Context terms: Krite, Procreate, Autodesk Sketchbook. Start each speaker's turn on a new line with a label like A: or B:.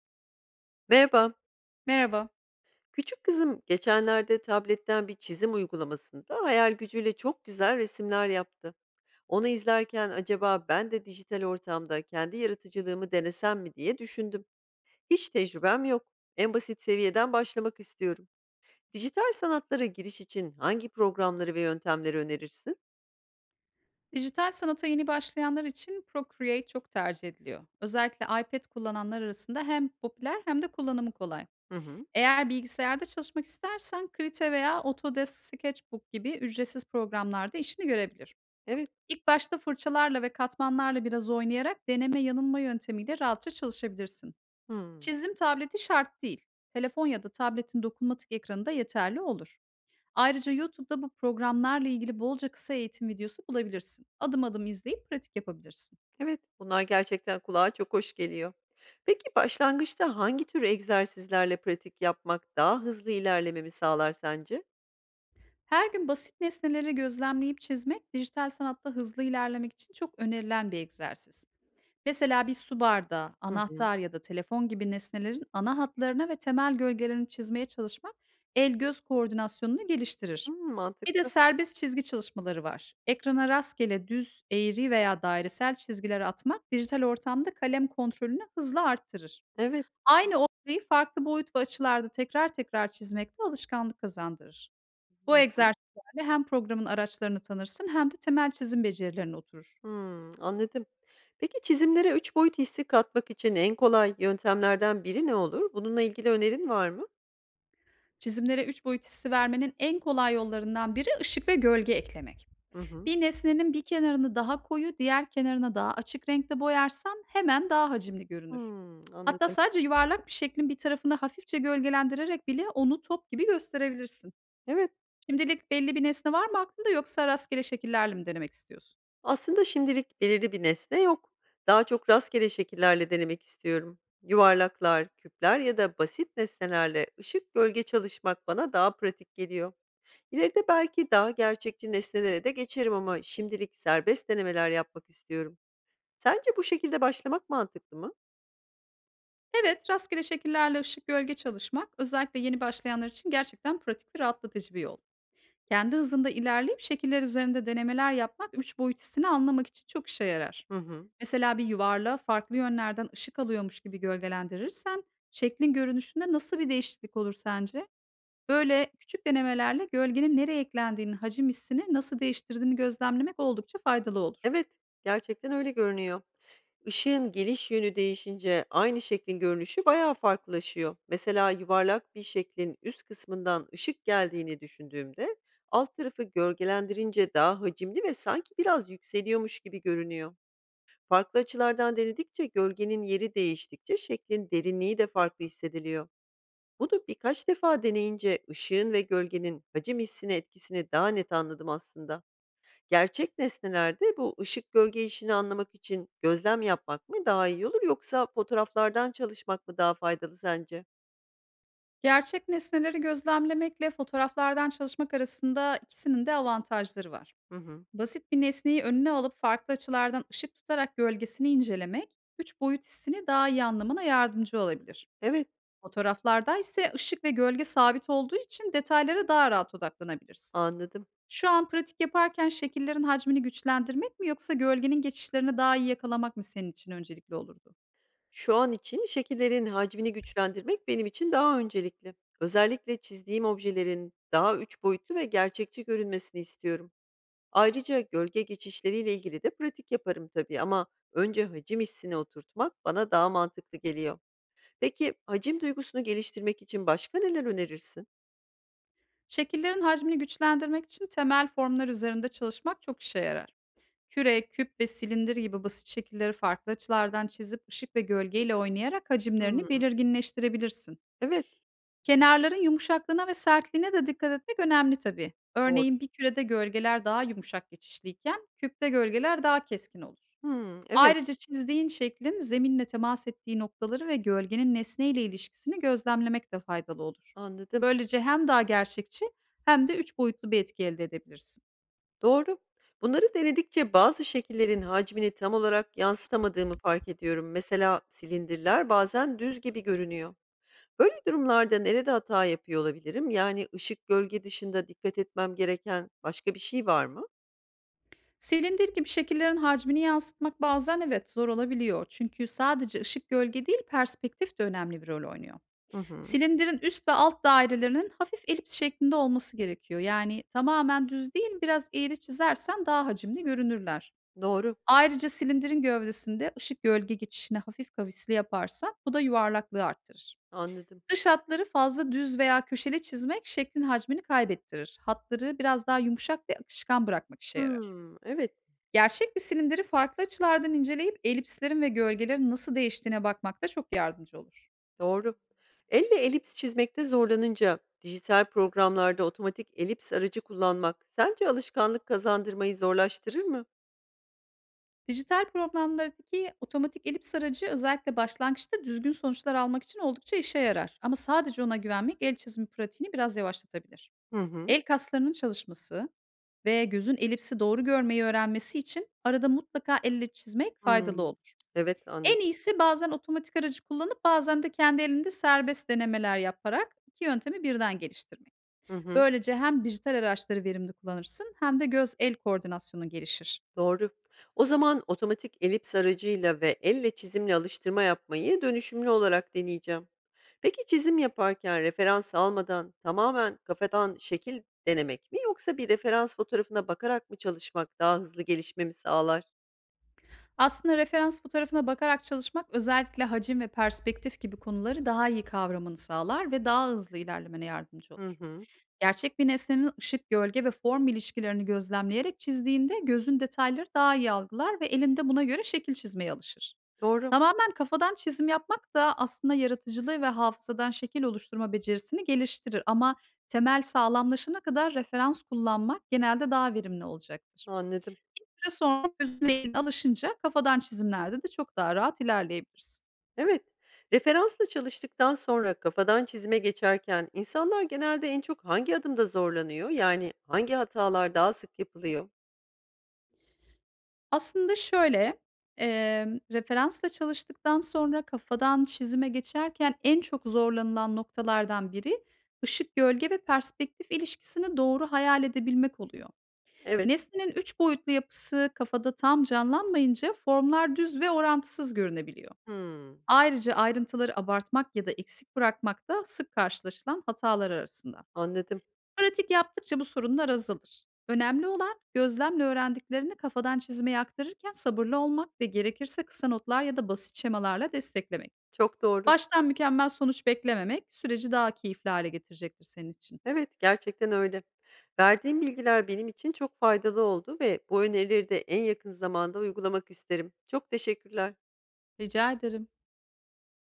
A: Merhaba.
B: Merhaba.
A: Küçük kızım geçenlerde tabletten bir çizim uygulamasında hayal gücüyle çok güzel resimler yaptı. Onu izlerken acaba ben de dijital ortamda kendi yaratıcılığımı denesem mi diye düşündüm. Hiç tecrübem yok. En basit seviyeden başlamak istiyorum. Dijital sanatlara giriş için hangi programları ve yöntemleri önerirsin?
B: Dijital sanata yeni başlayanlar için Procreate çok tercih ediliyor. Özellikle iPad kullananlar arasında hem popüler hem de kullanımı kolay.
A: Hı hı.
B: Eğer bilgisayarda çalışmak istersen Krite veya Autodesk Sketchbook gibi ücretsiz programlarda işini görebilir.
A: Evet.
B: İlk başta fırçalarla ve katmanlarla biraz oynayarak deneme yanılma yöntemiyle rahatça çalışabilirsin.
A: Hı.
B: Çizim tableti şart değil. Telefon ya da tabletin dokunmatik ekranı da yeterli olur. Ayrıca YouTube'da bu programlarla ilgili bolca kısa eğitim videosu bulabilirsin. Adım adım izleyip pratik yapabilirsin.
A: Evet, bunlar gerçekten kulağa çok hoş geliyor. Peki başlangıçta hangi tür egzersizlerle pratik yapmak daha hızlı ilerlememi sağlar sence?
B: Her gün basit nesneleri gözlemleyip çizmek dijital sanatta hızlı ilerlemek için çok önerilen bir egzersiz. Mesela bir su bardağı,
A: Hı hı.
B: anahtar ya da telefon gibi nesnelerin ana hatlarına ve temel gölgelerini çizmeye çalışmak el göz koordinasyonunu geliştirir.
A: Hımm,
B: Bir de
A: mantıklı.
B: serbest çizgi çalışmaları var. Ekrana rastgele düz, eğri veya dairesel çizgiler atmak dijital ortamda kalem kontrolünü hızla arttırır.
A: Evet.
B: Aynı olayı farklı boyut ve açılarda tekrar tekrar çizmek de alışkanlık kazandırır. Bu
A: Hı hı.
B: egzersizlerle hem programın araçlarını tanırsın hem de temel çizim becerilerine oturur.
A: Hımm, anladım. Peki çizimlere 3 boyut hissi katmak için en kolay yöntemlerden biri ne olur? Bununla ilgili önerin var mı?
B: Çizimlere üç boyut hissi vermenin en kolay yollarından biri ışık ve gölge eklemek.
A: Hı hı.
B: Bir nesnenin bir kenarını daha koyu, diğer kenarına daha açık renkte boyarsan hemen daha hacimli görünür.
A: Hımm,
B: Hatta
A: anladım.
B: sadece yuvarlak bir şeklin bir tarafını hafifçe gölgelendirerek bile onu top gibi gösterebilirsin.
A: Evet.
B: Şimdilik belli bir nesne var mı aklında, yoksa rastgele şekillerle mi denemek istiyorsun?
A: Aslında şimdilik belirli bir nesne yok. Daha çok rastgele şekillerle denemek istiyorum. Yuvarlaklar, küpler ya da basit nesnelerle ışık gölge çalışmak bana daha pratik geliyor. İleride belki daha gerçekçi nesnelere de geçerim ama şimdilik serbest denemeler yapmak istiyorum. Sence bu şekilde başlamak mantıklı mı?
B: Evet, rastgele şekillerle ışık gölge çalışmak özellikle yeni başlayanlar için gerçekten pratik ve rahatlatıcı bir yol. Kendi hızında ilerleyip şekiller üzerinde denemeler yapmak üç boyut hissini anlamak için çok işe yarar.
A: Hı hı.
B: Mesela bir yuvarlağı farklı yönlerden ışık alıyormuş gibi gölgelendirirsen şeklin görünüşünde nasıl bir değişiklik olur sence? Böyle küçük denemelerle gölgenin nereye eklendiğini, hacim hissini nasıl değiştirdiğini gözlemlemek oldukça faydalı olur.
A: Evet, gerçekten öyle görünüyor. Işığın geliş yönü değişince aynı şeklin görünüşü bayağı farklılaşıyor. Mesela yuvarlak bir şeklin üst kısmından ışık geldiğini düşündüğümde alt tarafı gölgelendirince daha hacimli ve sanki biraz yükseliyormuş gibi görünüyor. Farklı açılardan denedikçe gölgenin yeri değiştikçe şeklin derinliği de farklı hissediliyor. Bunu birkaç defa deneyince ışığın ve gölgenin hacim hissine etkisini daha net anladım aslında. Gerçek nesnelerde bu ışık gölge işini anlamak için gözlem yapmak mı daha iyi olur yoksa fotoğraflardan çalışmak mı daha faydalı sence?
B: Gerçek nesneleri gözlemlemekle fotoğraflardan çalışmak arasında ikisinin de avantajları var.
A: Hı hı.
B: Basit bir nesneyi önüne alıp farklı açılardan ışık tutarak gölgesini incelemek, üç boyut hissini daha iyi anlamana yardımcı olabilir.
A: Evet,
B: Fotoğraflarda ise ışık ve gölge sabit olduğu için detaylara daha rahat odaklanabilirsin.
A: anladım.
B: Şu an pratik yaparken şekillerin hacmini güçlendirmek mi yoksa gölgenin geçişlerini daha iyi yakalamak mı senin için öncelikli olurdu?
A: Şu an için şekillerin hacmini güçlendirmek benim için daha öncelikli. Özellikle çizdiğim objelerin daha üç boyutlu ve gerçekçi görünmesini istiyorum. Ayrıca gölge geçişleriyle ilgili de pratik yaparım tabii ama önce hacim hissini oturtmak bana daha mantıklı geliyor. Peki hacim duygusunu geliştirmek için başka neler önerirsin?
B: Şekillerin hacmini güçlendirmek için temel formlar üzerinde çalışmak çok işe yarar. Küre, küp ve silindir gibi basit şekilleri farklı açılardan çizip ışık ve gölgeyle oynayarak hacimlerini
A: Hmm.
B: belirginleştirebilirsin.
A: Evet,
B: Kenarların yumuşaklığına ve sertliğine de dikkat etmek önemli tabii.
A: doğru.
B: Örneğin bir kürede gölgeler daha yumuşak geçişliyken küpte gölgeler daha keskin olur.
A: Hımm, evet,
B: Ayrıca çizdiğin şeklin zeminle temas ettiği noktaları ve gölgenin nesneyle ilişkisini gözlemlemek de faydalı olur.
A: anladım.
B: Böylece hem daha gerçekçi hem de üç boyutlu bir etki elde edebilirsin.
A: Doğru. Bunları denedikçe bazı şekillerin hacmini tam olarak yansıtamadığımı fark ediyorum. Mesela silindirler bazen düz gibi görünüyor. Böyle durumlarda nerede hata yapıyor olabilirim? Yani ışık, gölge dışında dikkat etmem gereken başka bir şey var mı?
B: Silindir gibi şekillerin hacmini yansıtmak bazen evet zor olabiliyor. Çünkü sadece ışık gölge değil, perspektif de önemli bir rol oynuyor.
A: Hı hı.
B: Silindirin üst ve alt dairelerinin hafif elips şeklinde olması gerekiyor. Yani tamamen düz değil, biraz eğri çizersen daha hacimli görünürler.
A: Doğru,
B: Ayrıca silindirin gövdesinde ışık gölge geçişini hafif kavisli yaparsan bu da yuvarlaklığı arttırır.
A: anladım.
B: Dış hatları fazla düz veya köşeli çizmek şeklin hacmini kaybettirir. Hatları biraz daha yumuşak ve akışkan bırakmak işe yarar.
A: Hımm, evet,
B: Gerçek bir silindiri farklı açılardan inceleyip elipslerin ve gölgelerin nasıl değiştiğine bakmak da çok yardımcı olur.
A: doğru. Elle elips çizmekte zorlanınca dijital programlarda otomatik elips aracı kullanmak sence alışkanlık kazandırmayı zorlaştırır mı?
B: Dijital programlardaki otomatik elips aracı özellikle başlangıçta düzgün sonuçlar almak için oldukça işe yarar. Ama sadece ona güvenmek el çizimi pratiğini biraz yavaşlatabilir.
A: Hı hı.
B: El kaslarının çalışması ve gözün elipsi doğru görmeyi öğrenmesi için arada mutlaka elle çizmek faydalı
A: Hımm.
B: olur.
A: Evet,
B: En
A: anladım.
B: iyisi bazen otomatik aracı kullanıp bazen de kendi elinde serbest denemeler yaparak iki yöntemi birden geliştirmek.
A: Hı hı.
B: Böylece hem dijital araçları verimli kullanırsın hem de göz el koordinasyonu gelişir.
A: Doğru. O zaman otomatik elips aracıyla ve elle çizimle alıştırma yapmayı dönüşümlü olarak deneyeceğim. Peki çizim yaparken referans almadan tamamen kafadan şekil denemek mi yoksa bir referans fotoğrafına bakarak mı çalışmak daha hızlı gelişmemi sağlar?
B: Aslında referans fotoğrafına bakarak çalışmak özellikle hacim ve perspektif gibi konuları daha iyi kavramanı sağlar ve daha hızlı ilerlemene yardımcı
A: Hı
B: olur.
A: hı.
B: Gerçek bir nesnenin ışık, gölge ve form ilişkilerini gözlemleyerek çizdiğinde gözün detayları daha iyi algılar ve elinde buna göre şekil çizmeye alışır.
A: Doğru,
B: Tamamen kafadan çizim yapmak da aslında yaratıcılığı ve hafızadan şekil oluşturma becerisini geliştirir, ama temel sağlamlaşana kadar referans kullanmak genelde daha verimli olacaktır.
A: anladım.
B: Bir süre sonra gözün ve elin alışınca kafadan çizimlerde de çok daha rahat ilerleyebilirsin.
A: Evet, referansla çalıştıktan sonra kafadan çizime geçerken insanlar genelde en çok hangi adımda zorlanıyor? Yani hangi hatalar daha sık yapılıyor?
B: Aslında şöyle, referansla çalıştıktan sonra kafadan çizime geçerken en çok zorlanılan noktalardan biri ışık, gölge ve perspektif ilişkisini doğru hayal edebilmek oluyor.
A: Evet.
B: Nesnenin 3 boyutlu yapısı kafada tam canlanmayınca formlar düz ve orantısız görünebiliyor.
A: Hımm,
B: Ayrıca ayrıntıları abartmak ya da eksik bırakmak da sık karşılaşılan hatalar arasında.
A: anladım.
B: Pratik yaptıkça bu sorunlar azalır. Önemli olan gözlemle öğrendiklerini kafadan çizmeye aktarırken sabırlı olmak ve gerekirse kısa notlar ya da basit şemalarla desteklemek.
A: Çok doğru.
B: Baştan mükemmel sonuç beklememek süreci daha keyifli hale getirecektir senin için.
A: Evet, gerçekten öyle. Verdiğin bilgiler benim için çok faydalı oldu ve bu önerileri de en yakın zamanda uygulamak isterim. Çok teşekkürler.
B: Rica ederim.